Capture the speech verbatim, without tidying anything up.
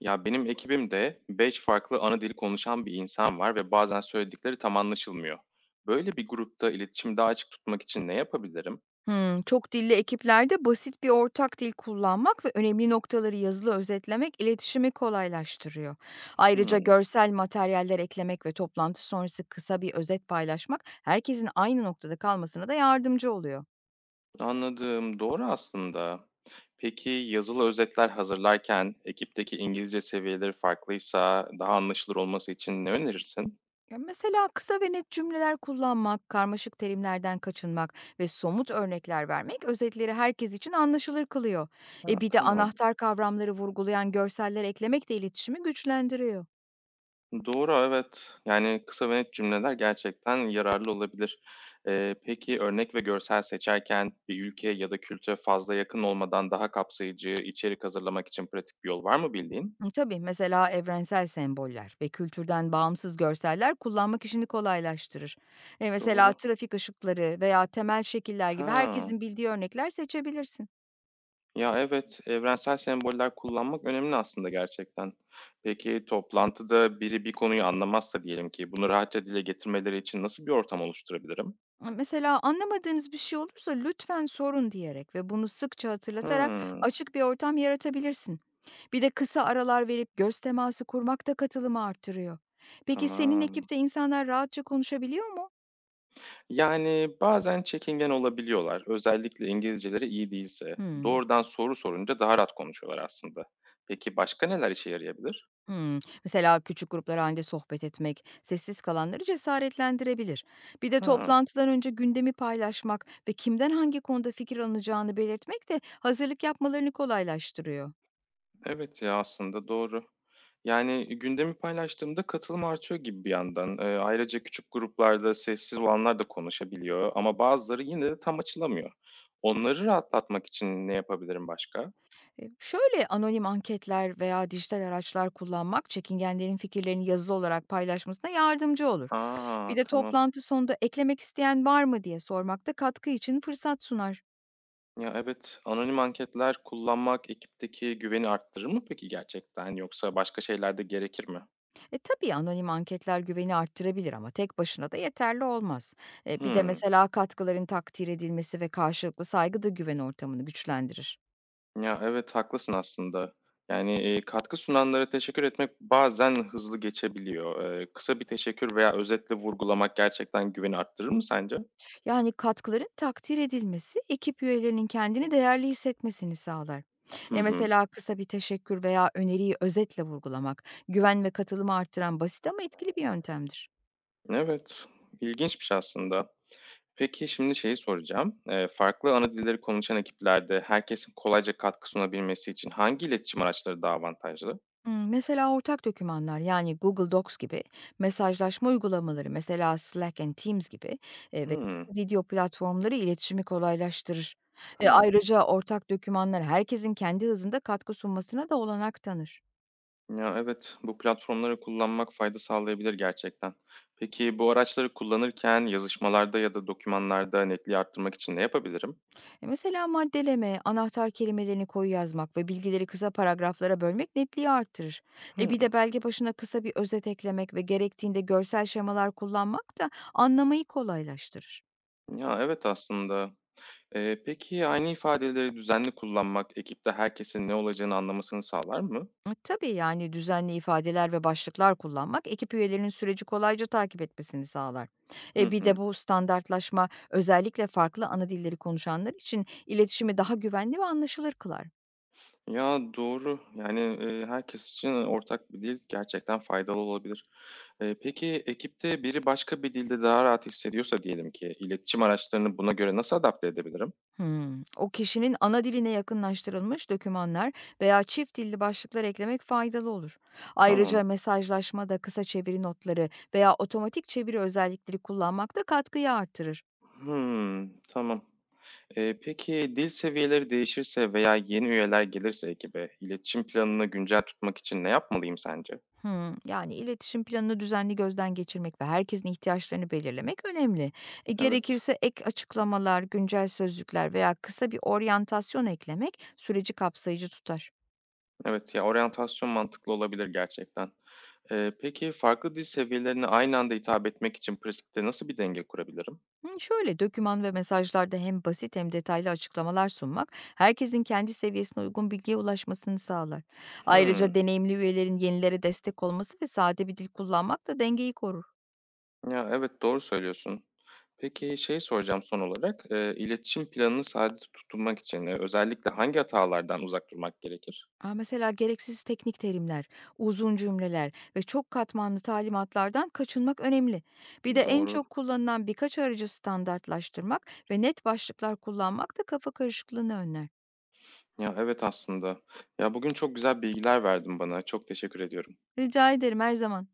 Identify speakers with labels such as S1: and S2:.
S1: Ya benim ekibimde beş farklı ana dili konuşan bir insan var ve bazen söyledikleri tam anlaşılmıyor. Böyle bir grupta iletişimi daha açık tutmak için ne yapabilirim?
S2: Hımm. Çok dilli ekiplerde basit bir ortak dil kullanmak ve önemli noktaları yazılı özetlemek iletişimi kolaylaştırıyor. Ayrıca
S1: Hmm,
S2: görsel materyaller eklemek ve toplantı sonrası kısa bir özet paylaşmak herkesin aynı noktada kalmasına da yardımcı oluyor.
S1: Anladım. Doğru aslında. Peki yazılı özetler hazırlarken ekipteki İngilizce seviyeleri farklıysa daha anlaşılır olması için ne önerirsin?
S2: Ya mesela kısa ve net cümleler kullanmak, karmaşık terimlerden kaçınmak ve somut örnekler vermek özetleri herkes için anlaşılır kılıyor.
S1: Ha,
S2: E bir de
S1: tamam.
S2: anahtar kavramları vurgulayan görseller eklemek de iletişimi güçlendiriyor.
S1: Doğru, evet. Yani, kısa ve net cümleler gerçekten yararlı olabilir. Eee, peki örnek ve görsel seçerken bir ülke ya da kültüre fazla yakın olmadan daha kapsayıcı içerik hazırlamak için pratik bir yol var mı bildiğin?
S2: Hı, Tabii mesela evrensel semboller ve kültürden bağımsız görseller kullanmak işini kolaylaştırır. E
S1: Doğru.
S2: mesela trafik ışıkları veya temel şekiller gibi
S1: Ha,
S2: herkesin bildiği örnekler seçebilirsin.
S1: ya, evet, evrensel semboller kullanmak önemli aslında gerçekten. Peki toplantıda biri bir konuyu anlamazsa diyelim ki bunu rahatça dile getirmeleri için nasıl bir ortam oluşturabilirim?
S2: E, Mesela anlamadığınız bir şey olursa lütfen sorun diyerek ve bunu sıkça hatırlatarak
S1: Hımm,
S2: açık bir ortam yaratabilirsin. Bir de kısa aralar verip göz teması kurmak da katılımı arttırıyor. Peki senin
S1: tamam.
S2: ekipte insanlar rahatça konuşabiliyor mu?
S1: Yani, bazen çekingen olabiliyorlar. Özellikle İngilizceleri iyi değilse.
S2: Hmm.
S1: Doğrudan soru sorunca daha rahat konuşuyorlar aslında. Peki başka neler işe yarayabilir?
S2: Hımm. Mesela küçük gruplar halinde sohbet etmek, sessiz kalanları cesaretlendirebilir. Bir de
S1: Hıı.
S2: toplantıdan önce gündemi paylaşmak ve kimden hangi konuda fikir alınacağını belirtmek de hazırlık yapmalarını kolaylaştırıyor.
S1: Evet ya, aslında doğru. Yani, gündemi paylaştığımda katılım artıyor gibi bir yandan. Eee, ayrıca küçük gruplarda sessiz olanlar da konuşabiliyor ama bazıları yine de tam açılamıyor. Onları rahatlatmak için ne yapabilirim başka?
S2: E, şöyle anonim anketler veya dijital araçlar kullanmak çekingenlerin fikirlerini yazılı olarak paylaşmasına yardımcı olur.
S1: Aa,
S2: Bir de
S1: tamam.
S2: toplantı sonunda eklemek isteyen var mı diye sormak da katkı için fırsat sunar.
S1: Ya, evet. Anonim anketler kullanmak ekipteki güveni arttırır mı peki gerçekten yoksa başka şeyler de gerekir mi?
S2: E, tabii anonim anketler güveni arttırabilir ama tek başına da yeterli olmaz. E, bir de
S1: Hımm.
S2: mesela katkıların takdir edilmesi ve karşılıklı saygı da güven ortamını güçlendirir.
S1: Ya, evet, haklısın aslında. Yani, eee, katkı sunanlara teşekkür etmek bazen hızlı geçebiliyor. Eee, kısa bir teşekkür veya özetle vurgulamak gerçekten güveni arttırır mı sence?
S2: Yani katkıların takdir edilmesi ekip üyelerinin kendini değerli hissetmesini sağlar.
S1: Hı
S2: E
S1: hı.
S2: mesela kısa bir teşekkür veya öneriyi özetle vurgulamak güven ve katılımı arttıran basit ama etkili bir yöntemdir.
S1: Evet, ilginçmiş aslında. Peki şimdi şeyi soracağım. Eee, farklı ana dilleri konuşan ekiplerde herkesin kolayca katkı sunabilmesi için hangi iletişim araçları daha avantajlı?
S2: Imm, mesela ortak dokümanlar, yani, Google Docs gibi mesajlaşma uygulamaları, mesela Slack and Teams gibi, eee, ve
S1: Hımm,
S2: video platformları iletişimi kolaylaştırır. Eee,
S1: tamam.
S2: ayrıca ortak dokümanlar herkesin kendi hızında katkı sunmasına da olanak tanır.
S1: Ya, evet, bu platformları kullanmak fayda sağlayabilir gerçekten. Peki bu araçları kullanırken yazışmalarda ya da dokümanlarda netliği arttırmak için ne yapabilirim?
S2: E, mesela maddeleme, anahtar kelimelerini koyu yazmak ve bilgileri kısa paragraflara bölmek netliği arttırır. E,
S1: Hımm.
S2: bir de belge başına kısa bir özet eklemek ve gerektiğinde görsel şemalar kullanmak da anlamayı kolaylaştırır.
S1: Ya, evet aslında. Eee, peki aynı ifadeleri düzenli kullanmak ekipte herkesin ne olacağını anlamasını sağlar mı?
S2: E, Tabii yani düzenli ifadeler ve başlıklar kullanmak ekip üyelerinin süreci kolayca takip etmesini sağlar.
S1: Hı
S2: E bir de
S1: hı.
S2: bu standartlaşma özellikle farklı ana dilleri konuşanlar için iletişimi daha güvenli ve anlaşılır kılar.
S1: Ya, doğru. Yani, eee, herkes için ortak bir dil gerçekten faydalı olabilir. Eee, peki ekipte biri başka bir dilde daha rahat hissediyorsa diyelim ki iletişim araçlarını buna göre nasıl adapte edebilirim?
S2: Hmm, O kişinin ana diline yakınlaştırılmış dokümanlar veya çift dilli başlıklar eklemek faydalı olur. Ayrıca
S1: Tamam.
S2: mesajlaşmada kısa çeviri notları veya otomatik çeviri özellikleri kullanmak da katkıyı artırır.
S1: Hımm, tamam. Eee, peki dil seviyeleri değişirse veya yeni üyeler gelirse ekibe, iletişim planını güncel tutmak için ne yapmalıyım sence?
S2: Hımm. Yani, iletişim planını düzenli gözden geçirmek ve herkesin ihtiyaçlarını belirlemek önemli. E,
S1: Evet,
S2: gerekirse ek açıklamalar, güncel sözlükler veya kısa bir oryantasyon eklemek süreci kapsayıcı tutar.
S1: evet. Ya, oryantasyon mantıklı olabilir gerçekten. Eee, peki farklı dil seviyelerine aynı anda hitap etmek için pratikte nasıl bir denge kurabilirim?
S2: Hımm, şöyle, doküman ve mesajlarda hem basit hem detaylı açıklamalar sunmak, herkesin kendi seviyesine uygun bilgiye ulaşmasını sağlar. Ayrıca
S1: Hımm.
S2: deneyimli üyelerin yenilere destek olması ve sade bir dil kullanmak da dengeyi korur.
S1: Ya, evet, doğru söylüyorsun. Peki şey soracağım son olarak, eee, iletişim planını sade tutmak için, eee, özellikle hangi hatalardan uzak durmak gerekir?
S2: A, mesela gereksiz teknik terimler, uzun cümleler ve çok katmanlı talimatlardan kaçınmak önemli. Bir de en
S1: Doğru.
S2: çok kullanılan birkaç aracı standartlaştırmak ve net başlıklar kullanmak da kafa karışıklığını önler.
S1: Ya, evet aslında. Ya, bugün çok güzel bilgiler verdin bana. Çok teşekkür ediyorum.
S2: Rica ederim her zaman.